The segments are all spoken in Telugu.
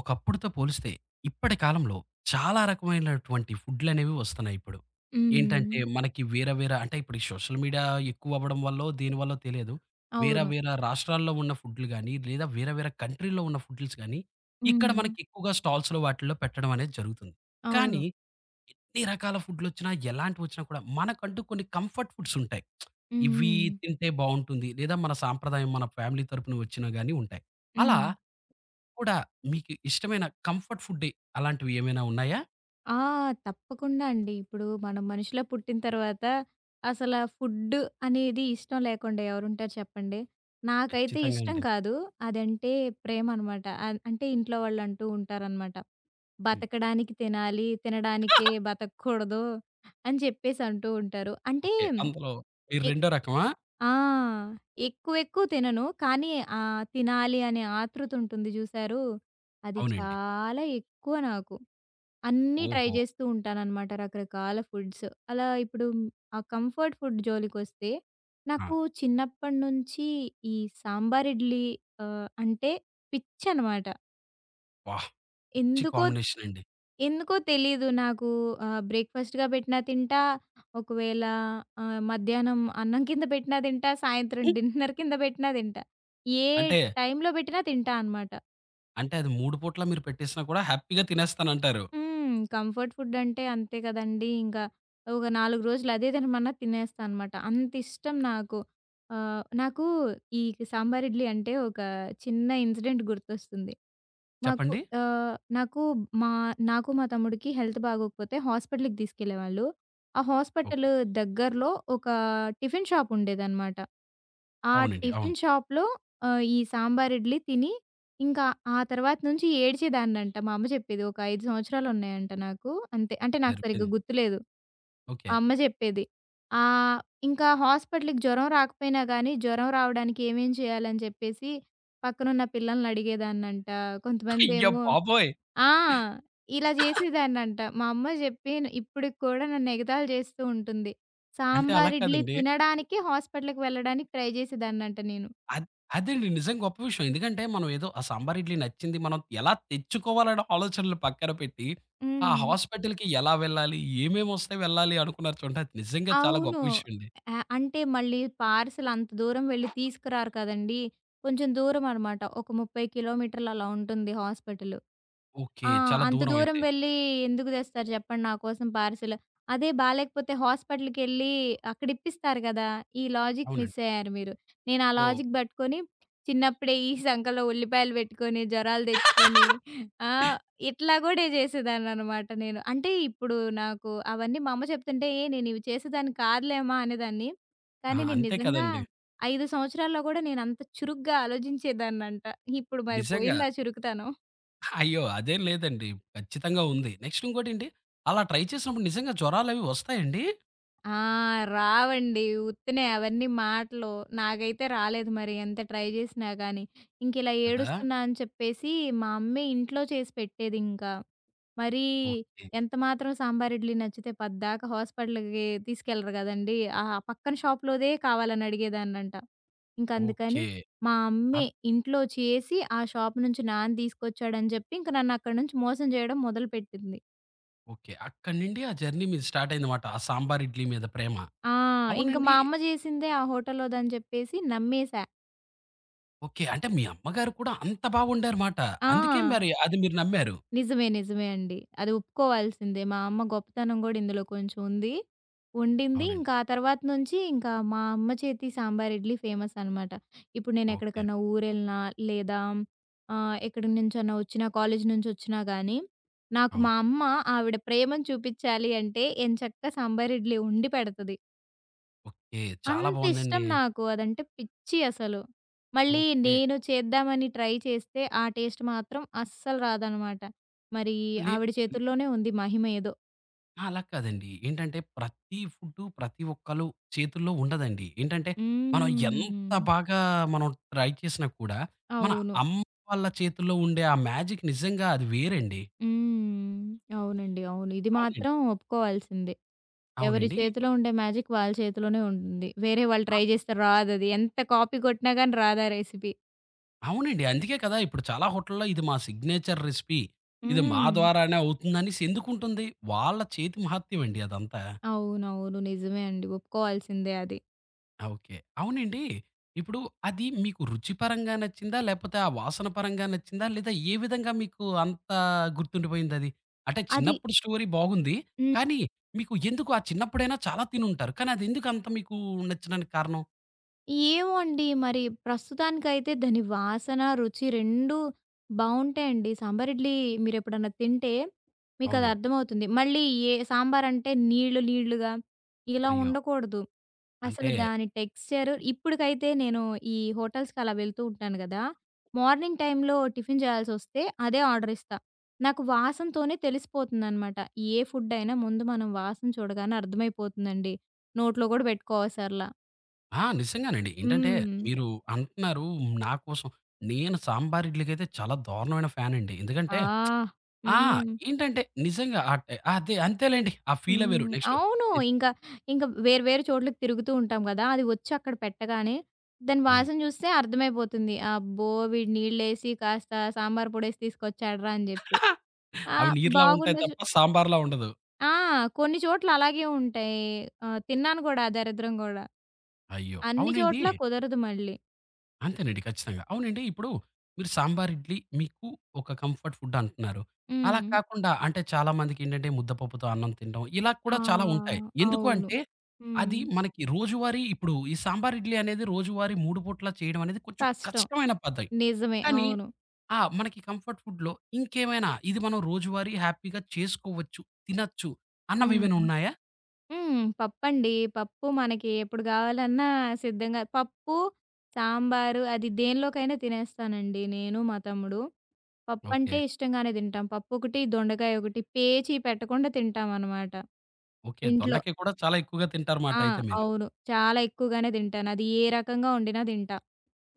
ఒకప్పుడుతో పోలిస్తే ఇప్పటి కాలంలో చాలా రకమైనటువంటి ఫుడ్‌లనేవి వస్తున్నాయిప్పుడు. ఏంటంటే హ్మ్. మనకి వేరే వేరే అంటే ఇప్పుడు ఈ సోషల్ మీడియా ఎక్కువ అవ్వడం వల్లో, దీనివల్లో తెలియదు. వేరే అవును. వేరే రాష్ట్రాల్లో ఉన్న ఫుడ్‌లు గాని, లేదా వేరే వేరే కంట్రీలో ఉన్న ఫుడ్‌ల్స్ గాని, ఇక్కడ హ్మ్. మనకి ఎక్కువగా స్టాల్స్‌లో వాటిల్లో పెట్టడం అనేది జరుగుతుంది. అవును. కానీ ఎన్ని రకాల ఫుడ్‌లొచ్చినా, ఎలాంటివొచ్చినా కూడా మనకంటూ కొన్ని కంఫర్ట్ ఫుడ్స్ ఉంటాయి. హ్మ్. ఇవి హ్మ్. తింటే బావుంటుంది. లేదా మన సాంప్రదాయం మన ఫ్యామిలీ తరపున వచ్చినా గాని ఉంటాయి. అలా హ్మ్. కూడా మీకు ఇష్టమైన కంఫర్ట్ ఫుడ్ అలాంటివి ఏమైనా ఉన్నాయా? ఆ! తప్పకుండా అండి. ఇప్పుడు మనం మనిషిలా పుట్టిన తర్వాత అసలా ఫుడ్ అనేది ఇష్టం లేకుండా ఎవరుంటారు చెప్పండి? నాకైతే ఖచ్చితంగా ఇష్టం అండి. కాదు. అదంటే ప్రేమ అనమాట. అన్ అంటే ఇంట్లో వాళ్ళంటూ ఉంటారనమాట. హ్మ్. బతకడానికి తినాలి, తినడానికే బతకూడదు అని చెప్పేసి అంటూ ఉంటారు. అంటే ఓకే. అందులో మీరు రెండో రకమా? ఆ! ఎక్కువ ఎక్కువ తినను. కానీ తినాలి అనే ఆతృత ఉంటుంది జూసారు? అది అవునండి. చాలా ఎక్కువ నాకు. అన్నీ ట్రై ఓహో! జేస్తూ ఉంటాననమాట రకరకాల ఫుడ్స్. అలా ఇప్పుడు ఆ కంఫర్ట్ ఫుడ్ జోలికొస్తే ఆ! నాకు చిన్నప్పటి నుంచి ఈ సాంబార్ ఇడ్లీ అంటే పిచ్చనమాట. అబ్బా! పిచ్చి ఎందుకో కాంబినేషన్ అండి. ఎందుకో తెలీదు. నాకు బ్రేక్‌ఫాస్ట్‌గా పెట్టినా తింటా. ఒకవేళ మధ్యాహ్నం అన్నం కింద పెట్టినా తింటా. సాయంత్రం డిన్నర్ కింద పెట్టినా తింటా. ఏ అంటే, టైంలో పెట్టినా తింటా అనమాట. అంటే అది 3 పూటలా మీరు పెట్టేసినా కూడా హ్యాపీగా తినేస్తానంటారు. హ్మ్. కంఫర్ట్ ఫుడ్ అంటే అంతే కదండీ! ఇంకా ఒక 4 రోజులు అదే తినమన్నా తినేస్తా అనమాట. అంత ఇష్టం నాకు. నాకు ఈ సాంబార్ ఇడ్లీ అంటే ఒక చిన్న ఇన్సిడెంట్ గుర్తొస్తుంది. మాకు చెప్పండి? నాకు మా మా తమ్ముడికి హెల్త్ బాగోకపోతే హాస్పిటల్‌కి తీసుకెళ్ళేవాళ్ళు. ఆ హాస్పిటల్ ఓకే. దగ్గరలో ఒక టిఫిన్ షాప్ ఉండేదనమాట. ఆ అవునండి. అవును. టిఫిన్ షాప్‌లో ఈ సాంబార్ ఇడ్లీ తిని, ఇంకా ఆ తర్వాత నుంచి ఏడ్చేదాన్నంట. మా అమ్మ చెప్పేది. ఒక 5 సంవత్సరాలున్నాయంట నాకు. అంతే. అంటే నాకు సరిగ్గా సరిపోయింది. గుర్తులేదు. ఓకే. మా అమ్మ చెప్పేది. ఆహ్, ఇంకా హాస్పిటల్‌కి జ్వరం రాకపోయినా గానీ, జ్వరం రావడానికి ఏమేం చేయాలని చెప్పేసి పక్కనున్న పిల్లల్ని అడిగేదాన్నంట. అయ్య కొంతమందేమో బాబోయ్! ఆ! ఇలా జేసేదాన్నంట. మా అమ్మ జెప్పి ఇప్పటికి కూడా నన్ను ఎగతాళి చేస్తూ ఉంటుంది. అంటే అలా సాంబార్, ఇడ్లీ కాదండి. తినడానికి హాస్పిటల్‌కి వెళ్ళడానికి ట్రై జేసేదాన్నంట నేను. అద్ అదండి నిజంగా గొప్ప విషయం. ఎందుకంటే మనం ఏదో ఆ సాంబార్ ఇడ్లీ నచ్చింది మనం ఎలా తెచ్చుకోవాలనే ఆలోచనలు పక్కన పెట్టి, ఆ హ్మ్. హాస్పిటల్‌కి ఎలా వెళ్ళాలి? ఏమేమి వస్తే వెళ్ళాలి అనుకున్నారు చూడండి. అది నిజంగా చాలా అవును. గొప్ప విషయం అండి. అంటే మళ్ళీ పార్సెల్ అంత దూరం వెళ్లి తీసుకురారు కదండీ! కొంచెం దూరం అనమాట. ఒక 30 కిలోమీటర్లు అలా ఉంటుంది హాస్పిటల్. ఓకే. ఆ! చాలా అంత దూరం దూరం అయితే. వెళ్ళి ఎందుకు తెస్తారు చెప్పండి నా కోసం పార్సిల్. అదే బాలేకపోతే హాస్పిటల్‌కెళ్ళి అక్కడ ఇప్పిస్తారు కదా! ఈ లాజిక్ మిస్ అవునండి. అయ్యారు మీరు. నేను ఆ ఓహ్! లాజిక్ పట్టుకొని చిన్నప్పుడే ఈ సంకలో ఉల్లిపాయలు పెట్టుకొని, జొరాలు తెచ్చుకొని ఆ! ఇట్లా కూడా చేసేదాన్ననమాట నేను. అంటే ఇప్పుడు నాకు అవన్నీ మా అమ్మ చెప్తుంటే ఏ నేను ఇవి చేసేదాన్ని కాదులేమా అనేదాన్ని. ఆ! కానీ నేను అంతే నిజంగా కదండీ. 5 సంవత్సరాల్లో కూడా నేను అంత చురుగ్గా ఆలోచించేదాన్నంట. ఇప్పుడు మరి నిజంగా. పోయిందా చురుకుతనం. అయ్యో! అదేం లేదండి. ఖచ్చితంగా ఉంది. నెక్స్ట్ ఇంకోటేంటి అలా ట్రై చేసినప్పుడు నిజంగా జ్వరాలవి వస్తాయండి? ఆ! రావండి. ఉత్తినే అవన్నీ మాటలు. నాకైతే రాలేదు మరి ఎంత ట్రై జేసినా గానీ. ఇంకిలా కదా! ఏడుస్తున్నా అని చెప్పేసి మా అమ్మే ఇంట్లో చేసి పెట్టేదింకా. మరీ ఓకే. ఎంత మాత్రం సాంబార్, ఇడ్లీ నచ్చితే పద్దాకా హాస్పిటల్‌కి తీసుకెళ్లరు గదండీ! ఆ పక్కన షాప్‌లోదే కావాలని అడిగేదాన్నంట. ఇంకందుకని ఓకే. మా అమ్మే అద్ ఇంట్లో చేసి ఆ షాప్ నుంచి నాన్న తీసుకొచ్చాడని జెప్పి ఇంక నన్నక్కడి నుంచి మోసం జేయడం మొదలుపెట్టింది. ఓకే. అక్కడి నుండి ఆ జర్నీ మీది స్టార్ట్ అయిందన్నమాట. ఆ సాంబార్ ఇడ్లీ మీద ప్రేమ. ఆ! ఇంక అవునండి. మా అమ్మ జేసిందే ఆ హోటల్‌లోదని జెప్పేసి నమ్మేశా. ఓకే. అంటే మీ అమ్మగారు కూడా అంత బా వండారుమాట. ఆ! అందుకే మరి అది మీరు నమ్మారు. నిజమే. నిజమే అండి. అది ఒప్పుకోవాల్సిందే. మా అమ్మ గొప్పతనం గూడా ఇందులో కొంచెం ఉంది. వండింది. అవునండి. ఇంకా ఆ తర్వాత నుంచి ఇంకా మా అమ్మ చేతి సాంబార్, ఇడ్లీ ఫేమస్ అనమాట. ఇప్పుడు ఓకే. నేనెక్కడికన్నా ఊరెళ్ళినా లేదా ఎక్కడి నుంచన్నా వచ్చినా, కాలేజీ నుంచొచ్చినా గానీ, నాకు మా అవును. అమ్మ ఆవిడ ప్రేమను చూపిచ్చాలి అంటే ఎంచక్కా సాంబార్, ఇడ్లీ వండి పెడతది. ఓకే. చాలా అంతిష్టం బావుందండి. నాకు. అదంటే పిచ్చి అసలు. మళ్ళీ ఓకే. నేను చేద్దామని ట్రై చేస్తే ఆ టేస్ట్ మాత్రం అస్సలు రాదనమాట. మరి లే ఆవిడ చేతుల్లోనే ఉంది మహిమ ఏదో. ఆ! అలా కాదండి. ఏంటంటే ప్రతి ఫుడ్డు ప్రతి ఒక్కళ్ళు చేతుల్లో ఉండదండి. ఏంటంటే మనం ఎంత హ్మ్. బాగా మనం ట్రై చేసినా కూడా మన అవును. అమ్మ వాళ్ళ చేతుల్లో ఉండే ఆ మ్యాజిక్ నిజంగా అది వేరండి. హ్మ్. అవునండి. అవును. ఇది అవునండి. మాత్రం ఒప్పుకోవాల్సిందే. ఎవరి అవునండి. చేతిలో ఉండే మ్యాజిక్ వాళ్ళ చేతిలోనే ఉంటుంది. వేరే వాళ్ళు ఆ! ట్రై చేస్తే రాదది. ఎంత కాపీ కొట్టినా గాని రాదు ఆ రెసిపీ. అవునండి. అందుకే కదా! ఇప్పుడు చాలా హోటల్‌లో ఇది మా సిగ్నేచర్ రెసిపీ. ఇది మా హ్మ్. ద్వారానే అవుతుందనేసి ఎందుకుంటుంది? వాళ్ళ చేతి మహత్యం అండి అదంతా. అవునవును. నిజమే అండి. ఒప్పుకోవాల్సిందే అది. ఆ! ఓకే. అవునండి. ఇప్పుడు అది మీకు రుచిపరంగా నచ్చిందా? లేపోతే ఆ వాసన పరంగా నచ్చిందా? లేదా ఏ విధంగా మీకు అంత గుర్తుండిపోయిందది? అంటే అది చిన్నప్పుడు స్టోరీ బాగుంది. హ్మ్. కానీ మీకు ఎందుకు ఆ చిన్నప్పుడైనా చాలా తినుంటారు. కానీ అదెందుకు అంత మీకు నచ్చడానికి కారణం? ఏమో అండి. మరి ప్రస్తుతానికైతే దాని వాసన, రుచి 2 బావుంటాయండి. సాంబార్ ఇడ్లీ మీరెప్పుడన్నా తింటే మీకది అవునండి. అర్థమవుతుంది. మళ్ళీ ఏ సాంబారంటే నీళ్లు నీళ్లుగా ఇలా అయ్యో! ఉండకూడదు. అసలు అంటే దాని టెక్స్చర్ ఇప్పటికైతే నేను ఈ హోటల్స్‌కి అలా వెళ్తూ ఉంటాను గదా! మార్నింగ్ టైమ్‌లో టిఫిన్ చేయాల్సొస్తే అదే ఆర్డర్ ఇస్తా. నాకు వాసనతోనే తెలిసిపోతుందనమాట. ఏ ఫుడ్ అయినా ముందు మనం వాసన చూడగానే అర్థమైపోతుందండి. నోట్లో గూడా పెట్టుకోవసరలా. ఆ! నిజంగానండి. ఏంటంటే హ్మ్. మీరు అంటున్నారు నా కోసం. నేను సాంబార్ ఇడ్లీకైతే చాలా దారుణమైన ఫ్యానండి. ఆ! ఎందుకంటే ఆ! హ్మ్. ఏంటంటే నిజంగా ఆ టై అదే అంతేలెండి. ఆ ఫీలే వేరు. హ్మ్. నెక్స్ట్ అవును. ఇంకా, ఇంకా వేరు వేరు చోట్లకి తిరుగుతూ ఉంటాం గదా! అది వచ్చి అక్కడ పెట్టగానే దాని హ్మ్. వాసన చూస్తే అర్థమైపోతుంది. అబ్బో! వీడు నీళ్ళేసి కాస్త సాంబార్ పొడేసి తీసుకొచ్చాడురా అని జెప్పి. ఆ! అవి నీరులా ఉంటాయి బాగున్న చో తప్ప సాంబార్‌లా ఉండదు. ఆ! కొన్ని చోట్ల అలాగే ఉంటాయి. తిన్నాను గూడా ఆ దరిద్రం గూడా. అయ్యో! అన్ని అవునండి. చోట్ల కుదరదు మళ్ళీ. అంతేనండి. ఖచ్చితంగా. అవునండి. ఇప్పుడు మీరు సాంబార్, ఇడ్లీ మీకు ఒక కంఫర్ట్ ఫుడ్ అంటున్నారు. అలా హ్మ్. కాకుండా అంటే చాలామందికేంటంటే ముద్దపప్పుతో అన్నం తినడం ఇలా ఆ! కూడా చాలా ఉంటాయి. ఎందుకు అవును. అంటే అది హ్మ్. మనకి రోజువారీ ఇప్పుడు ఈ సాంబార్, ఇడ్లీ అనేది రోజువారీ 3 పూటలా చేయడం అనేది కొంచెం కష్టం. కష్టమైన పద్ధతి. నిజమే. కానీ అవును. ఆ! మనకి కంఫర్ట్ ఫుడ్‌లో ఇంకేమైనా ఇది మనం రోజువారీ హ్యాపీగా చేసుకోవచ్చు, తినొచ్చు హ్మ్. అన్నవేమైనా ఉన్నాయా? హ్మ్. పప్పండి. పప్పు మనకి ఎప్పుడు గావాలన్నా సిద్ధంగా పప్పు, సాంబారు అది దేనిలోకైనా తినేస్తానండి నేను, మా తమ్ముడు. పప్పంటే ఓకే. ఇష్టంగానే తింటాం. పప్పొకటి, దొండకాయ ఒకటి పేచి పెట్టకుండా తింటామనమాట. ఓకే. ఇంట్లో దొండకాయ కూడా చాలా ఎక్కువగా తింటారుమాట ఆ! అయితే మీరు. అవును. చాలా ఎక్కువగానే తింటాను. అది ఏ రకంగా వండినా తింటా.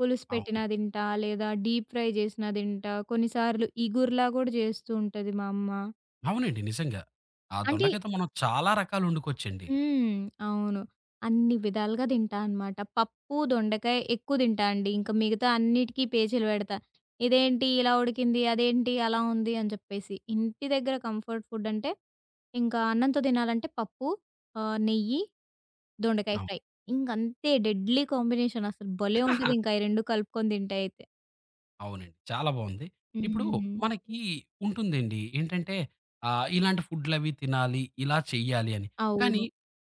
పులుసు అవును. పెట్టినా తింటా, లేదా డీప్ ఫ్రై చేసినా తింటా. కొన్నిసార్లు ఇగుర్లా గూడా చేస్తూ ఉంటది మా అమ్మ. అవునండి. నిజంగా. ఆ అంటే దొండకాయతో మనం చాలా రకాలు వండుకోవచ్చండి. హ్మ్. అవును. అన్ని విధాలుగా తింటా అనమాట. పప్పు, దొండకాయ ఎక్కువ తింటా అండి. ఇంకా మిగతా అన్నిటికి పేచీలు పెడతా. ఇదేంటి ఇలా ఉడికింది, అదేంటి అలా ఉంది అని చెప్పేసి. ఇంటి దగ్గర కంఫర్ట్ ఫుడ్ అంటే ఇంకా అన్నంతో తినాలంటే పప్పు, నెయ్యి, దొండకాయ ఫ్రై. అవును. ఇంకంతే డెడ్లీ కాంబినేషన్ అసలు భలే ఉంటది ఇంకా ఈ 2 కలుపుకొని తింటే అయితే. అవునండి. చాలా బావుంది. ఇప్పుడు హ్మ్. మనకి ఉంటుందండి. ఏంటంటే ఇలాంటి ఫుడ్‌లవి తినాలి, ఇలా చెయ్యాలి అని. కానీ అవును.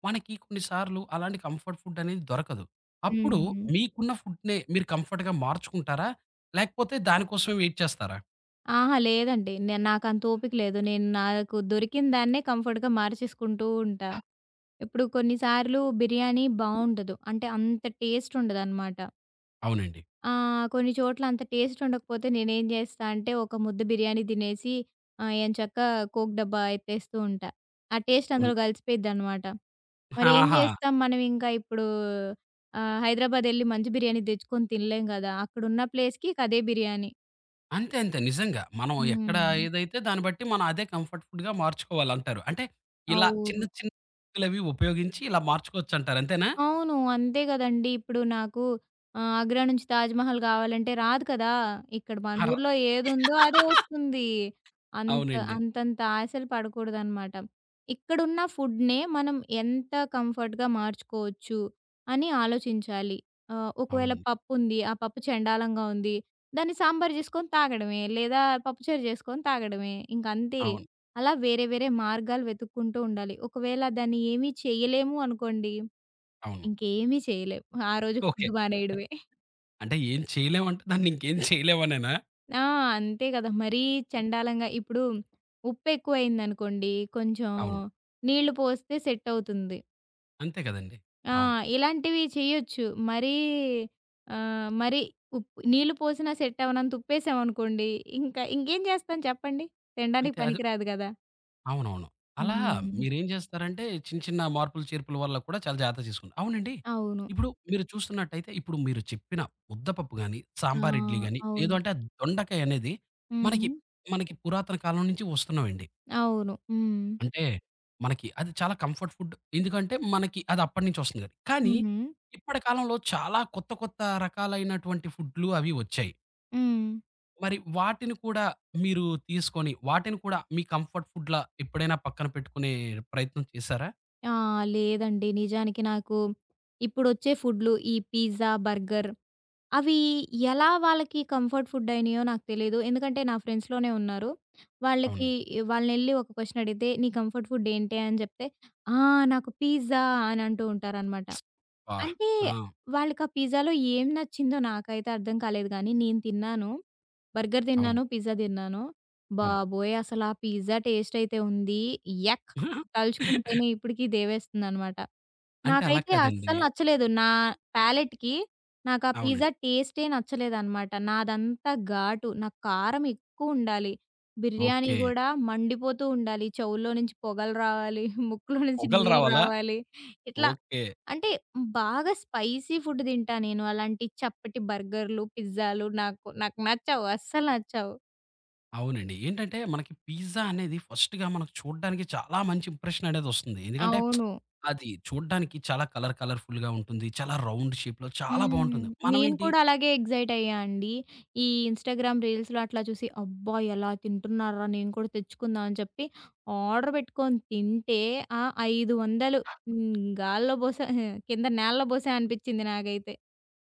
మనకి కొన్ని సార్లు అలాంటి కంఫర్ట్ ఫుడ్ అనేది దొరకదు. అప్పుడు హ్మ్. మీకున్న ఫుడ్‌నే మీరు కంఫర్ట్‌గా మార్చుకుంటారా? లేకపోతే దానికోసమే వెయిట్ చేస్తారా? అహా! లేదండి. నే నాకంత ఓపిక లేదు. నేను నాకు దొరికిన దాన్నే కంఫర్ట్‌గా మార్చేసుకుంటూ ఉంటా. ఇప్పుడు కొన్నిసార్లు బిర్యానీ బావుండదు. అంటే అంత టేస్ట్ ఉండదనమాట. అవునండి. కొన్ని చోట్ల అంత టేస్ట్ ఉండకపోతే నేనేం జేస్తా అంటే ఒక ముద్ద బిర్యానీ తినేసి ఎంచక్కా కోక్ డబ్బా ఎత్తేస్తూ ఉంటా. ఆ టేస్ట్ అందులో అవును. గలిసిపోయిద్దనమాట. మరేం ఆహా! జేస్తాం మనం ఇంకా ఇప్పుడు హైదరాబాద్ ఎళ్లి మంచి బిర్యానీ దెచ్చుకొని తినలేం గదా! అక్కడున్న ప్లేస్‌కి ఇక అదే బిర్యానీ. అంతే అంతే. నిజంగా. మనం హ్మ్. ఎక్కడ ఏదైతే దాన్ని బట్టి మనం అదే కంఫర్ట్ ఫుడ్‌గా మార్చుకోవాలంటారు. అంటే ఇలా చిన్న అవును. చిన్న ట్రిక్కులవి ఉపయోగించి ఇలా మార్చుకోవచ్చంటారు అంతేనా? అవును. అంతే గదండీ! ఇప్పుడు నాకు 'ఆగ్రా' నుంచి 'తాజ్‌మహల్' గావాలంటే రాదు కదా! ఇక్కడ మన అర ఊర్లో ఏదుందో అదే వస్తుంది. అంత అవునండి. అంతంత ఆశలు పడకూడదనమాట. ఇక్కడున్న ఫుడ్‌నే మనం ఎంత కంఫర్ట్‌గా మార్చుకోవచ్చు అని ఆలోచించాలి. ఒకవేళ అవునండి. పప్పుంది, ఆ పప్పు చెండాలంగా ఉంది. దాన్ని సాంబార్ జేసుకొని తాగడమే, లేదా పప్పుచారు జేసుకొని తాగడమే. ఇంకంతే. అవును. అలా వేరే వేరే మార్గాలు వెతుక్కుంటూ ఉండాలి. ఒకవేళ దాన్ని ఏమీ చేయలేము అనుకోండి అవును. ఇంకేమీ చేయలేం. ఆ రోజు ఓకే. ఫుడ్ మానేయడమే. అంటే ఏం చేయలేమంటే దాన్ని ఇంకేం చేయలేమనేనా? ఆ! అంతే కదా! మరీ చండాలంగా ఇప్పుడు ఉప్పెక్కువయిందనుకోండి, కొంచెం అవును. నీళ్లు పోస్తే సెట్ అవుతుంది. అంతే కదండీ! ఆ! అవును. ఇలాంటివి చేయొచ్చు. మరీ మరి ఉప్పు నీళ్లు పోసినా సెట్ అవ్వనంత ఉప్పేసామనుకోండి, ఇంకా ఇంకేం చేస్తాం చెప్పండి? తినడానికి అంతే. అది పనికిరాదు కదా! అవునవును. అలా హ్మ్. మీరేం జేస్తారంటే, చిన్న చిన్న మార్పులు, చేర్పుల వల్ల కూడా చాలా జాగ్రత్తగా చేసుకుంటా అవునండి. అవును. ఇప్పుడు మీరు చూస్తున్నట్టయితే, ఇప్పుడు మీరు చెప్పిన ముద్దపప్పు గాని, ఆ! సాంబార్ ఇడ్లీ గాని, లేదు అవును. అంటే ఆ దొండకాయ అనేది మనకి, హ్మ్. మనకి పురాతన కాలం నుంచి వస్తున్నవండి. అవును. హ్మ్. అంటే మనకి అది చాలా కంఫర్ట్ ఫుడ్. ఎందుకంటే, మనకి అది అప్పటినుంచి వస్తుంది గాబట్టి. కానీ, హ్మ్. ఇప్పటి కాలంలో చాలా కొత్త, కొత్త రకాలైనటువంటి ఫుడ్‌లు అవి వచ్చాయి. హ్మ్. మరి వాటిని కూడా మీరు తీసుకొని, వాటిని కూడా మీ కంఫర్ట్ ఫుడ్‌లా ఎప్పుడైనా పక్కన పెట్టుకునే ప్రయత్నం చేశారా? ఆ! లేదండి. నిజానికి నాకు ఇప్పుడొచ్చే ఫుడ్‌లు ఈ పిజ్జా, బర్గర్ అవి ఎలా వాళ్ళకి కంఫర్ట్ ఫుడ్ అయినాయో నాకు తెలీదు. ఎందుకంటే నా ఫ్రెండ్స్‌లోనే ఉన్నారు. వాళ్ళకి అవును. వాళ్ళనెళ్లి ఒక క్వెషన్ అడిగితే "నీ కంఫర్ట్ ఫుడ్ ఏంటి" అని చెప్తే "ఆ! నాకు పిజ్జా" అని అంటూ ఉంటారనమాట. అబ్బా! అంటే ఆ! వాళ్ళకా పిజ్జాలో ఏం నచ్చిందో నాకైతే అర్థం కాలేదు గానీ, నేను తిన్నాను. బర్గర్ అవును. తిన్నాను, పిజ్జా తిన్నాను. హ్మ్. బాబోయ్! అసలా పిజ్జా టేస్టయితే ఉంది. యక్! తలుచుకుంటేనే ఇప్పటికి దేవేస్తుందనమాట. అంటే అలా నాకైతే కాదండి. అస్సలు నచ్చలేదు. నా ప్యాలెట్‌కి నాకా అవునండి. పిజ్జా టేస్టే నచ్చలేదనమాట. నాదంతా ఘాటు. నాకు కారం ఎక్కువుండాలి. బిర్యానీ ఓకే. గూడా మండిపోతూ ఉండాలి. చెవుల్లో నుంచి పొగలు రావాలి, ముక్కులో నుంచి పొగలు నీళ్ళు రావాలా? రావాలి. ఇట్లా ఓకే. అంటే బాగా స్పైసీ ఫుడ్ తింటా నేను. అలాంటి చప్పటి బర్గర్‌లు, పిజ్జాలు నాకు నాకు నచ్చవు. అస్సలు నచ్చవు. అవునండి. ఏంటంటే మనకి పిజ్జా అనేది ఫస్ట్‌గా మనకు చూడ్డానికి చాలా మంచి ఇంప్రెషన్ అనేది వస్తుంది. ఎందుకంటే అవును. అది చూడ్డానికి చాలా కలర్ కలర్‌ఫుల్‌గా ఉంటుంది. చాలా రౌండ్ షేప్‌లో చాలా హ్మ్. బావుంటుంది. నేను మనమేంటి కూడా అలాగే ఎక్సైట్ అయ్యా అండి. ఈ ఇన్‌స్టాగ్రామ్ రీల్స్‌లో అట్లా చూసి, అబ్బా! ఎలా తింటున్నార్రా నేను కూడా తెచ్చుకుందాం అని చెప్పి ఆర్డర్ పెట్టుకొని తింటే ఆ 500 హ్మ్. గాల్లో బోసా కింద నేలలో బోసా అనిపించింది నాకైతే.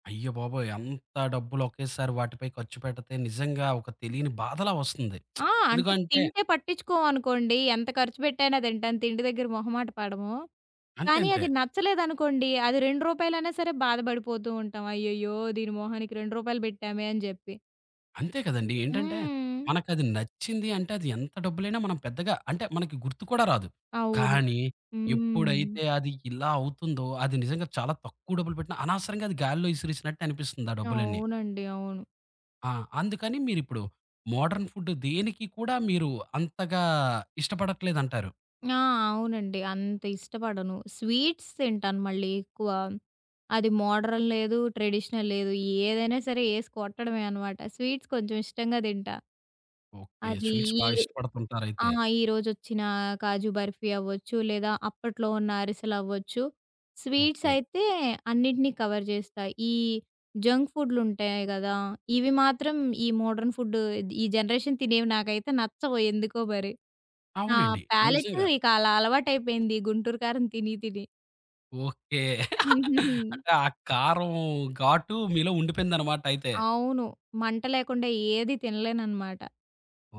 అయ్య బాబోయ్! అంత డబ్బులు ఒకేసారి వాటిపై ఖర్చు పెడితే నిజంగా ఒక తెలియని బాధలా వస్తుంది. ఆ! అంటే ఎందుకంటే తింటే పట్టించుకోమనుకోండి. ఎంత ఖర్చు పెట్టైనా తింటాను. తిండి దగ్గర మొహమాట పడము. అంతే, కానీ అంతే. అది నచ్చలేదనుకోండి, అది రూ. 2 సరే బాధపడిపోతూ ఉంటాం. అయ్యయ్యో! దీని మొహానికి రూ. 2 పెట్టామే అని జెప్పి. అంతే కదండీ. ఏంటంటే హ్మ్. మనకది నచ్చింది అంటే అది ఎంత డబ్బులైనా మనం పెద్దగా అంటే మనకి గుర్తు కూడా రాదు. అవును. కానీ హ్మ్. ఎప్పుడైతే అది ఇలా అవుతుందో అది నిజంగా చాలా తక్కువ డబ్బులు పెట్టినా అనవసరంగా అది గాలిలో విసిరేసినట్టు అనిపిస్తుంది ఆ డబ్బులన్నీ. అవునండి. అవును. ఆ! అందుకని మీరిప్పుడు మోడర్న్ ఫుడ్ దేనికి కూడా మీరు అంతగా ఇష్టపడట్లేదంటారు. ఆ! అవునండి. అంత ఇష్టపడను. స్వీట్స్ తింటాను మళ్ళీ ఎక్కువ. అది మోడ్రన్ లేదు, ట్రెడిషనల్ లేదు. ఏదైనా సరే ఏసి కొట్టడమే అనమాట. స్వీట్స్ కొంచెం ఇష్టంగా తింటా. ఓకే. అది స్వీట్స్ ఈ బా ఆ! ఇష్టపడుతుంటారయితే. ఈరోజొచ్చిన కాజు బర్ఫీ అవ్వచ్చు, లేదా అప్పట్లో ఉన్న అరిసెలవ్వచ్చు. Sweets okay. అయితే అన్నిటిని కవర్ చేస్తాయి. ఈ జంక్ ఫుడ్‌లుంటాయి గదా! ఇవి మాత్రం ఈ మోడర్న్ ఫుడ్ ఈ జనరేషన్ తినేవి నాకైతే నచ్చవు ఎందుకో మరి. నా అవునండి. ప్యాలెట్ నిజంగా. ఇక అలా అలవాటయిపోయింది గుంటూరు కారం తిని తిని. ఓకే. హుహుహు. అంటే ఆ కారం ఘాటు మీలో ఉండిపోయిందనమాట అయితే. అవును. మంట లేకుండా ఏది తినలేననమాట.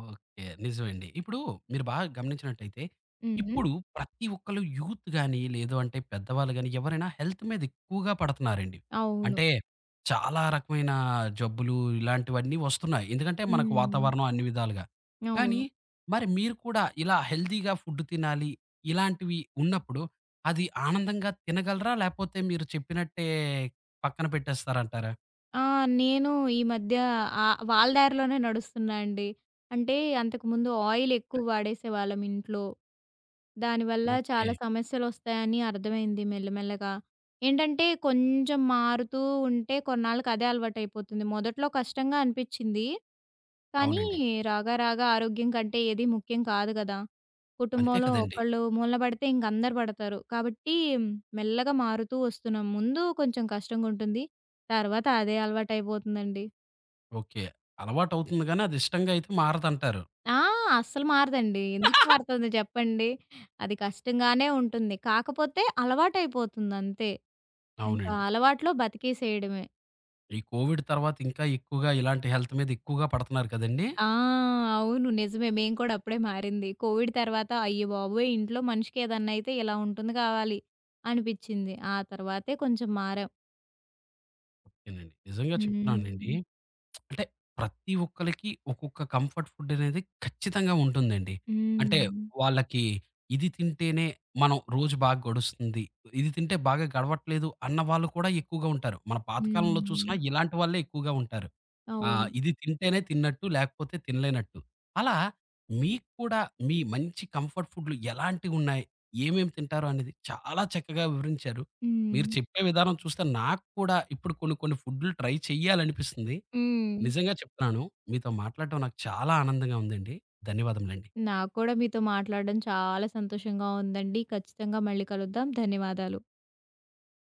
ఓకే. నిజమండి. ఇప్పుడు మీరు బాగా గమనించినట్టయితే, హ్మ్. ఇప్పుడు ప్రతి ఒక్కళ్ళు యూత్ గాని, లేదు అంటే పెద్దవాళ్ళు గాని ఎవరైనా హెల్త్ మీద ఎక్కువగా పడతన్నారండి. అవును. అంటే చాలా రకమైన జబ్బులు ఇలాంటివన్నీ వస్తున్నాయి. ఎందుకంటే మనకు హ్మ్. వాతావరణం అన్ని విధాలుగా. కానీ అవును. మరి మీరు కూడా ఇలా హెల్తీగా ఫుడ్ తినాలి, ఇలాంటివి ఉన్నప్పుడు అది ఆనందంగా తినగలరా? లేపోతే మీరు చెప్పినట్టే పక్కన పెట్టేస్తారంటారా? ఆ! నేను ఈ మధ్య వాళ్ళ దారిలోనే నడుస్తున్నా అండి. అంటే అంతకుముందు ఆయిల్ ఎక్కువ వాడేసేవాళ్ళం ఇంట్లో. దానివల్ల ఓకే. చాలా సమస్యలొస్తాయని అర్థమైంది మెల్లమెల్లగా. ఏంటంటే కొంచెం మారుతూ ఉంటే కొన్నాళ్ళకి అదే అలవాటైపోతుంది. మొదట్లో కష్టంగా అనిపిచ్చింది. కానీ అవునండి. రాగా రాగా ఆరోగ్యం కంటే ఏది ముఖ్యం కాదు గదా! అంతే కుటుంబంలో కదండీ! ఒకళ్ళు మూలన పడితే ఇంక అందరు పడతారు. కాబట్టి మెల్లగా మారుతూ వస్తున్నాం. ముందు కొంచెం కష్టంగుంటుంది. తర్వాత అదే అలవాటయిపోతుందండి. ఓకే. అలవాటవుతుంది గానీ, అది ఇష్టంగా అయితే మారదంటారు. ఆ! అస్సలు మారదండి. ఎందుకు మారుతుంది చెప్పండి? అది కష్టంగానే ఉంటుంది. కాకపోతే అలవాటయిపోతుందంతే. ఇంకా అవునండి. అలవాట్లో బతికేసేయడమే. ఈ కోవిడ్ తర్వాత ఇంకా ఎక్కువగా ఇలాంటి హెల్త్ మీద ఎక్కువగా పడతన్నారు కదండీ! ఆ! అవును. నిజమే. మేము కూడా అప్పుడే మారింది. కోవిడ్ తర్వాత అయ్య బాబోయ్! ఇంట్లో మనిషికి ఏదన్నయితే ఇలా ఉంటుంది కావాలి అనిపిచ్చింది. ఆ తర్వాతే కొంచెం మారాం. ఓకేనండి. నిజంగా చెప్తున్నానండి హ్మ్. అంటే ప్రతి ఒక్కళ్ళకి ఒక్కొక్క కంఫర్ట్ ఫుడ్ అనేది ఖచ్చితంగా ఉంటుందండి. అంటే హ్మ్. వాళ్ళకి ఇది తింటేనే మనం రోజు బాగా గడుస్తుంది. ఇది తింటే బాగా గడవట్లేదు అన్న వాళ్ళు కూడా ఎక్కువగా ఉంటారు. మన పాతకాలంలో హ్మ్. చూసినా ఇలాంటి వాళ్ళే ఎక్కువగా ఉంటారు. అవును. ఇది తింటేనే తిన్నట్టు లేకపోతే తినలేనట్టు. అలా మీకు కూడా మీ మంచి కంఫర్ట్ ఫుడ్‌లు ఎలాంటివున్నాయి? ఏమేమి తింటారో అనేది చాలా చక్కగా వివరించారు. మీరు హ్మ్. చెప్పే విధానం చూస్తే నాకు కూడా ఇప్పుడు కొన్ని కొన్ని ఫుడ్‌లు ట్రై చేయాలనిపిస్తుంది. హ్మ్. నిజంగా చెప్తున్నాను. మీతో మాట్లాడటం నాకు చాలా ఆనందంగా ఉందండి. ధన్యవాదములండి. నాకు కూడా మీతో మాట్లాడడం చాలా సంతోషంగా ఉందండి. ఖచ్చితంగా మళ్ళీ కలుద్దాం. ధన్యవాదాలు.